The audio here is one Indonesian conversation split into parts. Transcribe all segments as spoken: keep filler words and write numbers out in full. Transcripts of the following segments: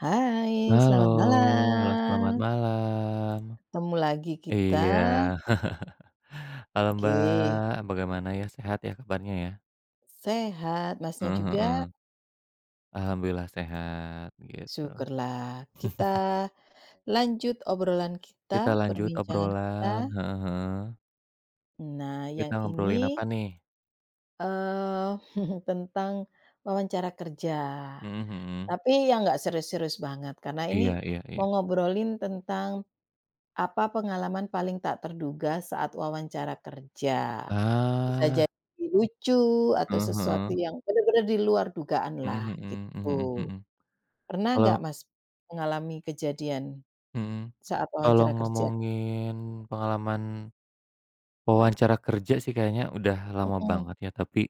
Hai, Halo, selamat halo selamat malam. malam. Ketemu lagi kita. Iya. Halo Oke, Mbak, bagaimana ya, sehat ya kabarnya ya? sehat Masnya Heeh juga? heeh. Alhamdulillah sehat, gitu. Syukurlah. Kita lanjut obrolan Kita kita, lanjut perbincangan kita. obrolan heeh heeh. Nah, Kita yang ini, ngobrolin apa nih? eee, tentang wawancara kerja. Mhm mhm. Tapi yang nggak serius-serius banget, karena Iya ini iya iya. mau ngobrolin tentang apa pengalaman paling tak terduga saat wawancara kerja. Bisa Ah. jadi lucu atau Heeh heeh. sesuatu yang benar-benar di luar dugaanlah Mhm mhm mhm gitu. mhm. Pernah Kalau nggak Mas mengalami kejadian Mhm. saat Kalau wawancara kerja? ngomongin pengalaman wawancara kerja sih kayaknya udah lama Mhm, banget ya, tapi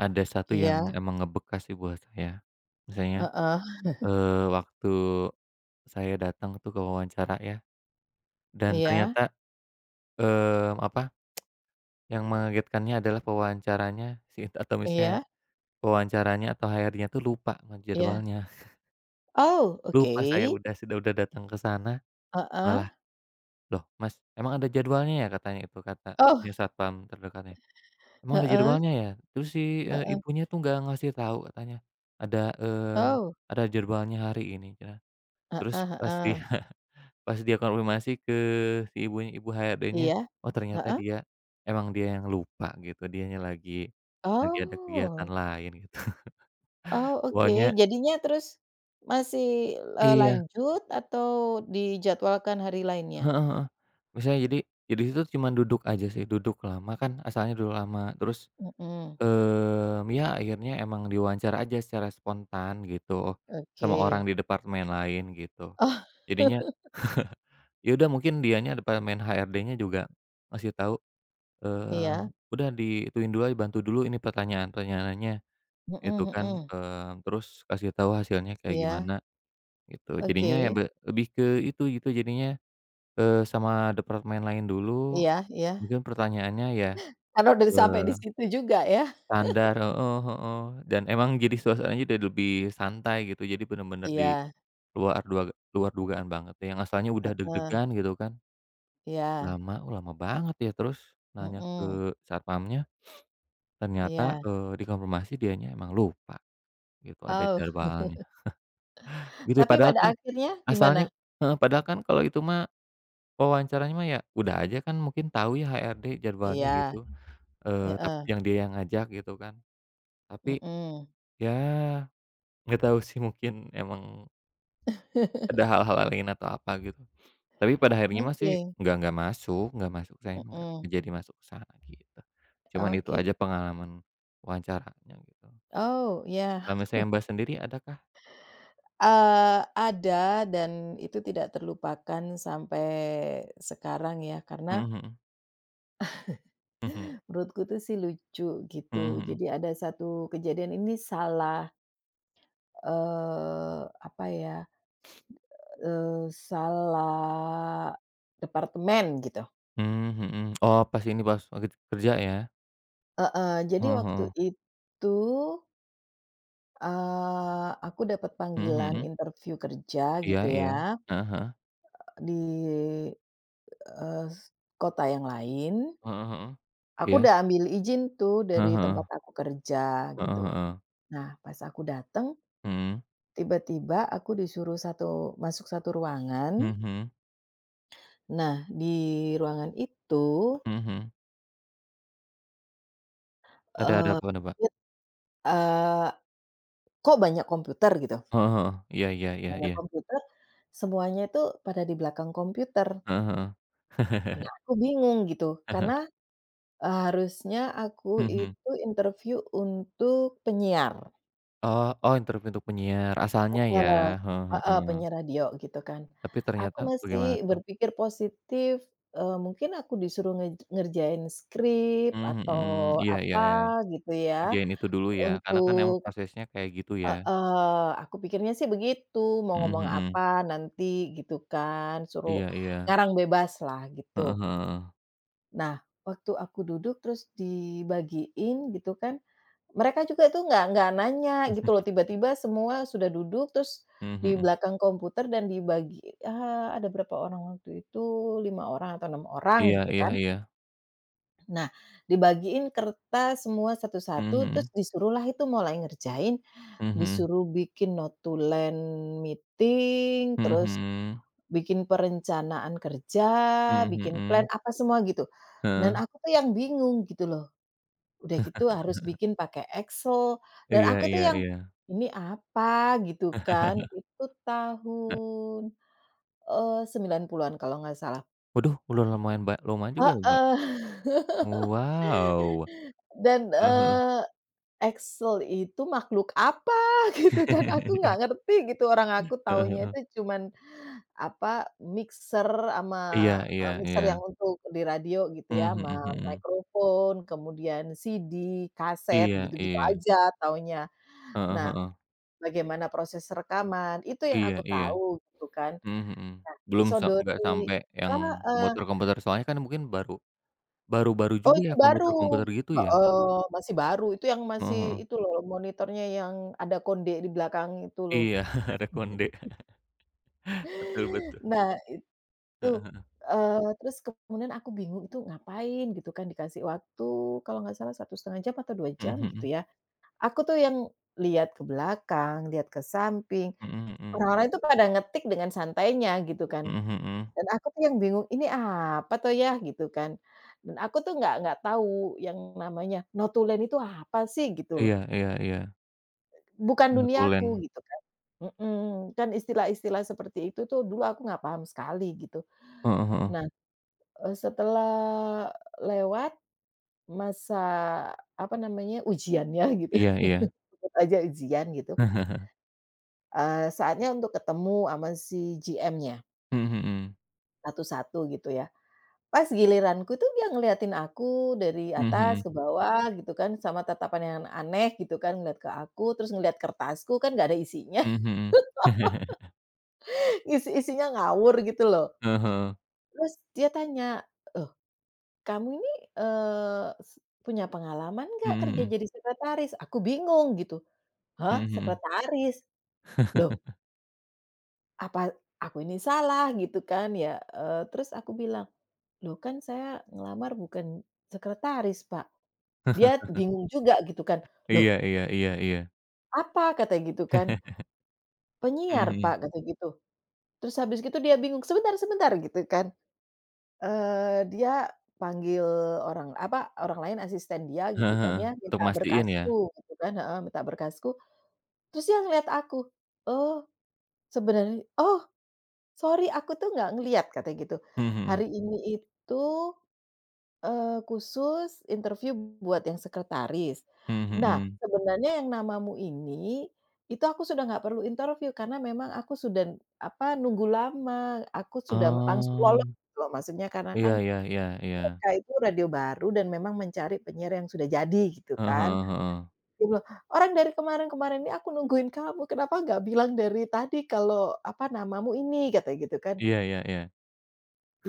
ada satu yang iya, emang ngebekas sih buat saya. Misalnya, heeh, eee, waktu saya datang tuh ke wawancara ya, dan iya ternyata, eee, apa, yang mengagetkannya adalah pewawancaranya si atau misalnya iya pewawancaranya atau H R D-nya tuh lupa sama iya. jadwalnya. Oh, oke, Lupa saya udah sudah udah datang ke sana, heeh. malah, "Loh Mas, emang ada jadwalnya ya?" katanya itu, kata Oh, punya satpam terdekatnya. Emang heeh ada heeh. jadwalnya ya? Terus si, eee, ibunya tuh nggak ngasih tahu katanya ada, mmm, Oh, ada jadwalnya hari ini. Nah, terus heeh pas heeh. dia pas dia konfirmasi ke si ibunya, ibu H R D-nya, Iya, oh ternyata heeh. dia emang dia yang lupa gitu, dianya lagi lagi ada kegiatan Oh lain gitu. oh, oke. Pokoknya Jadinya terus masih, eee, iya, lanjut atau dijadwalkan hari lainnya? heeh heeh. Misalnya jadi ya di situ cuman duduk aja sih, duduk lama kan asalnya duduk lama, terus, Mhm. Mmm, ya akhirnya emang diwawancara aja secara spontan gitu, sama orang Oke. di departemen lain gitu. Oh, Jadinya, ya udah mungkin dianya departemen H R D-nya juga ngasih tahu, iya, mmm, "Udah diituin dulu aja, bantu dulu ini pertanyaan-pertanyaannya," mhm gitu kan, mhm, mmm, terus kasih tahu hasilnya kayak iya, gimana gitu. Jadinya ya oke, be lebih ke itu gitu jadinya, eee, sama departemen lain dulu, iya iya. mungkin pertanyaannya ya, Karena udah sampai di eee situ juga ya. standar, heeh heeh, dan emang jadi suasananya jadi lebih santai gitu, jadi bener-bener di Iya, luar dua luar dugaan banget, ya, yang asalnya udah heeh, deg-degan gitu kan, iya, lama oh lama banget ya, terus nanya ke mhm, satpamnya, ternyata, iya, eee, dikonfirmasi dianya emang lupa gitu, ada oh, jadwalnya. Gitu ya, tapi padahal pada kan akhirnya asalnya gimana? heeh, padahal kan kalau itu mah wawancaranya mah ya udah aja kan mungkin tahu ya H R D jadwalnya gitu, Iya, eee, tap heeh, yang dia yang ngajak gitu kan, tapi mhm, ya nggak tahu sih mungkin emang ada hal-hal lain atau apa gitu. Tapi pada akhirnya masih oke, nggak nggak masuk nggak masuk saya nggak mhm, jadi masuk ke sana gitu. Cuman itu oke, aja pengalaman wawancaranya gitu. oh ya, Kalau misalnya Mbak sendiri adakah? eee, ada dan itu tidak terlupakan sampai sekarang ya Mhm karena mhm. Mhm. menurutku tuh sih lucu gitu. Mhm mhm. Jadi ada satu kejadian ini salah, eee, apa ya, eee, salah departemen gitu. Mmm, mhm. Oh pas ini pas lagi kerja ya? Heeh, jadi Heeh waktu heeh. itu, eee, aku dapat Mhm panggilan mhm. interview kerja Iya gitu iya. ya, Heeh heeh. di, eee, s kota yang lain. Heeh heeh. Aku Iya. udah ambil izin tuh dari Heeh heeh. tempat aku kerja gitu. Heeh heeh. Nah pas aku dateng Mhm. tiba-tiba aku disuruh satu masuk satu ruangan. Mhm mhm. Nah, di ruangan itu, Mhm mhm. Ada ada eee, apa nih, Mbak? it eee, kok banyak komputer gitu, Heeh heeh. Iya iya iya banyak iya. komputer, semuanya itu pada di belakang komputer. Heeh heeh. Nah, aku bingung gitu, karena, eee, harusnya aku Mhm. itu interview untuk penyiar. Oh oh interview untuk penyiar, asalnya ya, Eee, heeh heeh, heeh. penyiar radio gitu kan. Tapi Aku ternyata masih bagaimana tuh? berpikir positif, eee, mungkin aku disuruh ngej ngerjain skrip Mmm, atau mhm, iya iya apa iya, gitu ya, kerjain itu dulu ya, karena kan untuk emang prosesnya kayak gitu ya. heeh, aku pikirnya sih begitu, mau Mhm ngomong apa mhm, nanti gitu kan, suruh iya iya, ngarang bebaslah heeh gitu. heeh, Nah, waktu aku duduk terus dibagiin gitu kan, mereka juga itu nggak nggak nanya gitu loh, tiba-tiba semua sudah duduk, terus mhm di mhm, belakang komputer dan dibagi, eee, ada berapa orang waktu itu, lima orang atau enam orang iya gitu iya kan. iya, Nah, dibagiin kertas semua satu-satu, terus mhm disuruhlah itu mulai ngerjain, mhm, disuruh bikin notulen meeting, mhm, terus mhm bikin perencanaan kerja, mhm, mhm bikin plan, mhm, apa semua gitu. Dan heeh, aku tuh yang bingung gitu loh. Udah gitu harus bikin pakai Excel dan iya aku tuh iya yang, iya. "Ini apa?" Gitu kan. Itu Nah, tahun, eee, sembilan puluhan-an kalau nggak salah. waduh udah lumayan ba lumayan juga loh, Mbak. Heeh, Wow, dan, heeh heeh. eee, Excel itu makhluk apa gitu kan, aku nggak ngerti gitu, orang aku Heeh taunya heeh, itu cuman apa, mixer sama, iya iya eee, mixer iya, yang untuk di radio gitu ya, mhm sama mhm mhm. mikrofon, kemudian C D, kaset, Iya gitu-gitu iya, aja taunya. heeh Nah, heeh, bagaimana proses rekaman, itu yang iya aku iya, tahu gitu kan. mhm mhm, Nah, belum sa nggak disodori sampai yang heeh, komputer-komputer soalnya kan mungkin baru baru-baru oh juga itu ya baru, komputer-komputer gitu ya? heeh, masih baru, itu yang masih Heeh heeh, itu loh monitornya yang ada konde di belakang itu loh. iya Rekonde betul betul, Nah itu, heeh heeh, eee, terus kemudian aku bingung itu ngapain gitu kan dikasih waktu kalau nggak salah satu setengah jam atau dua jam mhm gitu mhm, ya. Aku tuh yang lihat ke belakang, lihat ke samping, mhm mhm, orang-orang itu pada ngetik dengan santainya gitu kan. mhm mhm, Dan aku tuh yang bingung, "Ini apa toh ya?" Gitu kan. Dan aku tuh nggak nggak tahu yang namanya notulen itu apa sih gitu loh, iya iya iya, bukan duniaku notulen, gitu kan. Mhm, kan istilah-istilah seperti itu tuh dulu aku nggak paham sekali gitu. heeh heeh, Nah, eee, setelah lewat masa apa namanya, ujiannya gitu, iya iya, sebut aja ujian gitu, eee, saatnya untuk ketemu sama si G M-nya, mhm mhm, satu-satu gitu ya. Pas giliranku tuh dia ngeliatin aku dari mhm atas ke bawah gitu kan, sama tatapan yang aneh gitu kan, ngeliat ke aku, terus ngeliat kertasku kan nggak ada isinya, mhm, mhm mhm, isi-isinya ngawur gitu loh. heeh heeh, Terus dia tanya, "Loh kamu ini, eee, s punya pengalaman nggak mhm kerja mhm, jadi sekretaris?" Aku bingung gitu, mhm "Hah mhm, sekretaris? Loh apa aku ini salah?" Gitu kan ya, eee, terus aku bilang, "Loh kan saya ngelamar bukan sekretaris Pak." Dia bingung juga gitu kan, "Loh iya iya iya iya, apa?" kata gitu kan, mhm "Penyiar, Pak," mhm. kata gitu. Terus habis gitu dia bingung, "Sebentar sebentar," gitu kan, eee, dia panggil orang, apa, orang lain asisten dia gitu Heeh kan heeh, ya, untuk minta mastiin ya? berkasku gitu kan heeh, minta berkasku, terus dia ngelihat aku, "Oh, sebenarnya oh, sorry aku tuh nggak ngelihat," katanya gitu, Mhm mhm, "hari ini itu Eee, khusus interview buat yang sekretaris. mhm Nah, mhm. sebenarnya yang namamu ini, itu aku sudah nggak perlu interview karena memang aku sudah, apa, nunggu lama, aku sudah langsung lolos Oh, gitu loh, maksudnya karena iya kan iya iya iya. mereka itu radio baru dan memang mencari penyiar yang sudah jadi gitu Heeh kan." heeh heeh. Dia bilang, "Orang dari kemarin-kemarin ini aku nungguin kamu, kenapa nggak bilang dari tadi kalau, apa, namamu ini?" katanya gitu kan. Iya iya iya.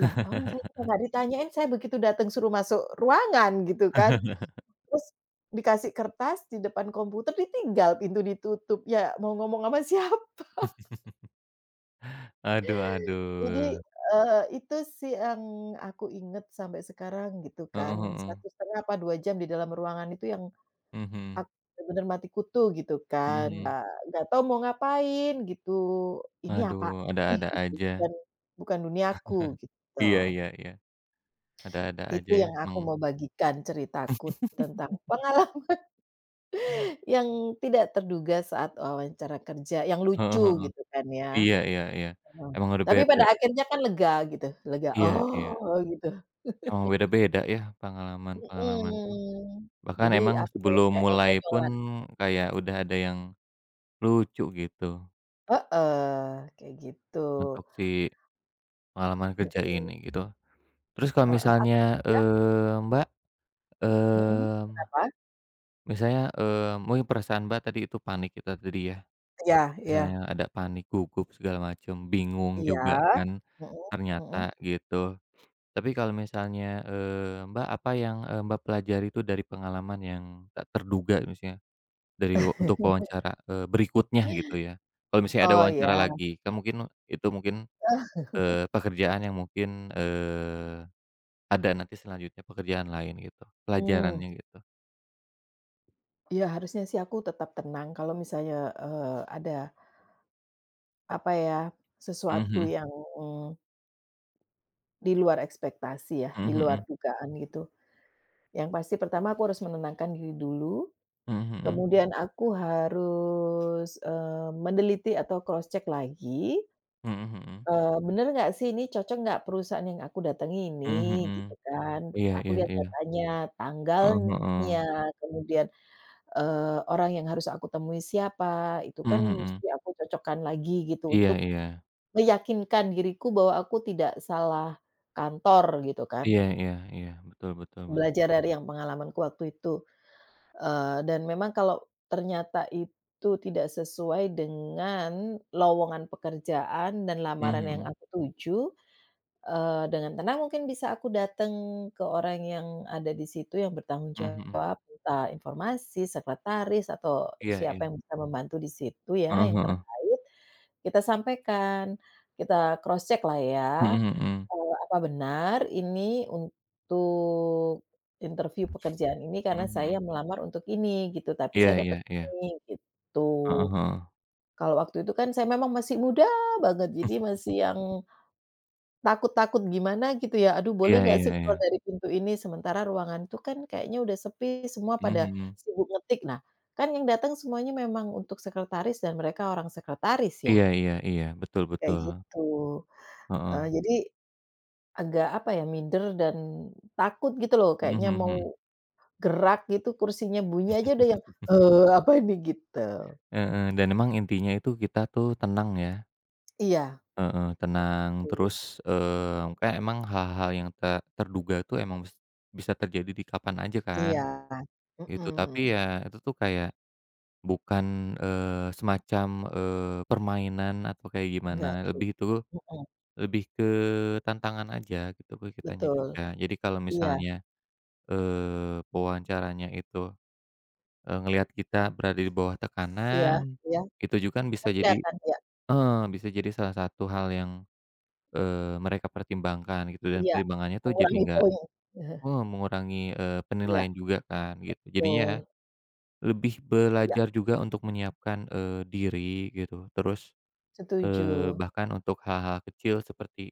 Lah, orang saya juga nggak ditanyain, saya begitu datang suruh masuk ruangan gitu kan. Terus dikasih kertas di depan komputer ditinggal, pintu ditutup, ya mau ngomong sama siapa? Aduh Jadi, aduh. eee, itu sih yang aku inget sampai sekarang gitu kan, Heeh heeh. satu setengah apa dua jam di dalam ruangan itu yang Mhm, aku bener-bener mati kutu gitu kan, mhm. eee, nggak tahu mau ngapain gitu, ini apaan Aduh, sih ada-ada gitu, bukan aja. bukan duniaku gitu. Iya iya iya, ada-ada Itu aja ya yang aku emang. mau bagikan ceritaku tentang pengalaman. Yang tidak terduga saat wawancara kerja, yang Heeh lucu heeh. gitu kan ya, Iya iya iya. heeh, Emang udah tapi beda pada akhirnya kan lega gitu, lega, iya iya, "Oh," gitu, emang beda-beda ya pengalaman-pengalaman tuh. mhm, Bahkan jadi emang apa ya, sebelum kayak mulai pun kekonyolan kayak udah ada yang lucu gitu. heeh, kayak gitu, Untuk si pengalaman kerja mhm, ini gitu. Terus kalau heeh, at misalnya, Mhm. ya, eee, Mbak, mhm, mmm, kenapa? misalnya, eee, mungkin perasaan Mbak tadi itu panik itu tadi ya, Iya misalnya iya. ada panik, gugup, segala macam, bingung juga Iya, kan mhm mhm. ternyata gitu. Tapi kalau misalnya, eee, Mbak, apa yang, eee, Mbak pelajari itu dari pengalaman yang tak terduga misalnya dari untuk wawancara, eee, berikutnya gitu ya. Kalau misalnya ada Oh wawancara iya, lagi, kan mungkin itu mungkin, eee, pekerjaan yang mungkin, eee ada nanti selanjutnya pekerjaan lain gitu, mmm, pelajarannya gitu. iya harusnya sih aku tetap tenang kalau misalnya, eee, ada apa ya, sesuatu Mhm yang mm, di luar ekspektasi ya, di luar mhm dugaan gitu. Yang pasti pertama aku harus menenangkan diri dulu, mhm, mhm mhm kemudian aku harus, eee, meneliti atau cross check lagi, mhm mhm mhm eee, bener nggak sih ini cocok nggak perusahaan yang aku datangi ini mhm mhm. Mhm. gitu kan. Iya Aku iya lihat iya. datanya, Heeh heeh. tanggalnya, kemudian, eee, orang yang harus aku temui siapa, itu kan Mhm mhm. mesti aku cocokkan lagi gitu Iya untuk iya. meyakinkan diriku bahwa aku tidak salah kantor gitu kan. Iya iya iya. Betul betul bet Belajar dari yang pengalamanku waktu itu, eee, dan memang kalau ternyata itu tidak sesuai dengan lowongan pekerjaan dan mhm lamaran yang mhm aku tuju, eee, dengan tenang mungkin bisa aku datang ke orang yang ada di situ yang bertanggung mhm mhm. jawab, minta informasi, sekretaris atau Iya siapa iya. yang bisa membantu di situ ya Heeh yang heeh. terkait, kita sampaikan, kita cross check lah ya. Mhm mhm Eee, apa benar ini untuk interview pekerjaan ini mhm karena saya mhm. melamar untuk ini gitu, tapi Iya saya dapat iya iya. ini, Heeh gitu. heeh. Kalau waktu itu kan saya memang masih muda banget, jadi masih yang takut-takut gimana gitu ya, "Aduh boleh Iya nggak sih iya keluar iya. dari pintu ini?" Sementara ruangan itu kan kayaknya udah sepi, semua pada Mhm mhm. sibuk ngetik. Nah, kan yang datang semuanya memang untuk sekretaris dan mereka orang sekretaris ya, Iya iya iya. Betul kayak betul. gitu. Heeh. Eee, jadi agak apa ya, minder dan takut gitu loh, Mhm kayaknya mhm mhm. mau gerak gitu, kursinya bunyi aja udah yang, eh apa ini gitu. Heeh, dan emang intinya itu kita tuh tenang ya. Iya, Heeh, tenang, terus, eee, kayak emang hal-hal yang tak terduga tuh emang bis bisa terjadi di kapan aja kan, iya, gitu. Tapi mhm, ya itu tuh kayak bukan, eee, semacam, eee, permainan atau kayak gimana, enggak sih, lebih itu mhm, lebih ke tantangan aja gitu ke kitanya betul, juga. Jadi kalau iya misalnya, eee, pewawancaranya itu, eee, ngelihat kita berada di bawah iya tekanan, iya, itu juga kan bisa kan jadi kelihatan, ya heeh, bisa jadi salah satu hal yang Eee, mereka pertimbangkan gitu dan iya, pertimbangannya tuh jadi mengurangi nggak poin, eee, mengurangi, eee, iya, penilaian juga kan gitu. Jadinya ya betul, lebih iya, belajar juga untuk menyiapkan, eee, diri gitu. Terus, eee, setuju, bahkan untuk hal-hal kecil seperti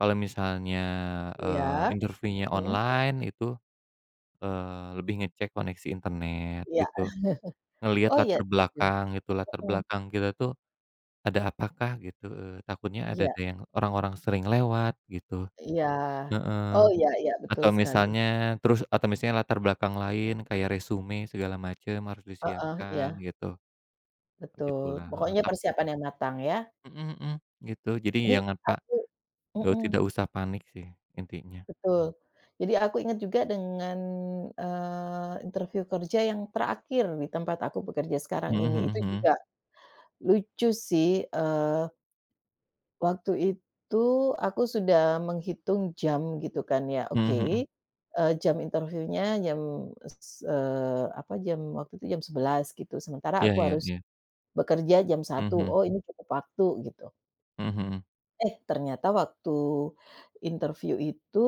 kalau misalnya, eee, iya, interviewnya mhm, online itu, eee, lebih ngecek koneksi internet iya, gitu, ngelihat oh iya latar setuju, belakang gitu, latar mhm, belakang kita tuh ada apakah gitu, eee, takutnya ada iya ada yang orang-orang sering lewat gitu. iya, oh Heeh. iya iya, betul Atau sekali, misalnya terus atau misalnya latar belakang lain kayak resume segala macem harus heeh, iya. disiapkan gitu, Betul, begitulah, heeh, pokoknya tap persiapan yang matang ya. mhm mhm, gitu. Jadi Jadi jangan pak aku nggak mhm, tidak usah panik sih intinya. betul. Jadi aku ingat juga dengan, eee, interview kerja yang terakhir di tempat aku bekerja sekarang Mhm ini, itu mhm mhm, juga lucu sih, eee, waktu itu aku sudah menghitung jam gitu kan ya, mhm oke, mhm, mhm. eee, jam interviewnya jam s eee, apa, jam waktu itu jam sebelas gitu, sementara Iya aku iya harus iya, bekerja jam satu mhm oh ini cukup waktu gitu. mhm, Eh, ternyata waktu interview itu,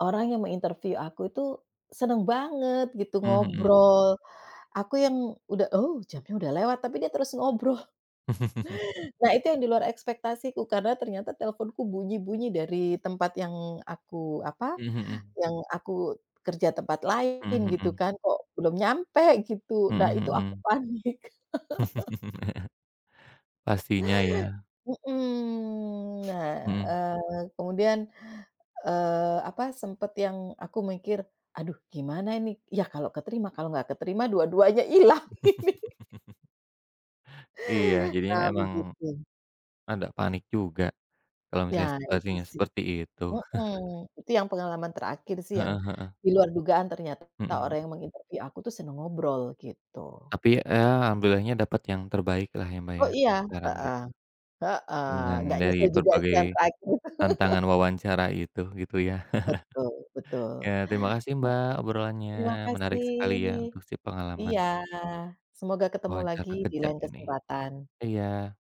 orang yang menginterview aku itu seneng banget gitu mhm mhm, ngobrol. Aku yang udah, "Oh, jamnya udah lewat," tapi dia terus ngobrol. mhm mhm. Mhm mhm, Nah, itu yang di luar ekspektasiku karena ternyata teleponku bunyi-bunyi dari tempat yang aku apa, yang aku kerja tempat lain gitu kan, kok belum nyampe gitu. mhm Nah, mhm, itu mhm aku mhm. panik. Pastinya ya, Mhm. Nah, mhm. eee, kemudian Eee, apa, sempet yang aku mikir, "Aduh gimana ini? Ya kalau keterima, kalau nggak keterima dua-duanya ilang ini." Iya, jadinya Ah, emang begitu. agak panik juga kalau Ya misalnya itu situasinya sih seperti itu, mhm, itu yang pengalaman terakhir sih yang heeh heeh. di luar dugaan ternyata Mhm, orang yang menginterview aku tuh seneng ngobrol gitu. tapi ya alhamdulillahnya dapat yang terbaik lah ya, Mbak, Oh ya, iya, sekarang heeh gitu heeh, dengan nggak dari nyesel juga sih yang berbagai terakhir itu. tantangan wawancara itu gitu ya. Betul betul. Ya terima kasih, Mbak, obrolannya Terima menarik sekali ya kasih. untuk si Iya, pengalaman semoga ketemu lagi wawancara di kerja lain ini. kesempatan. Iya.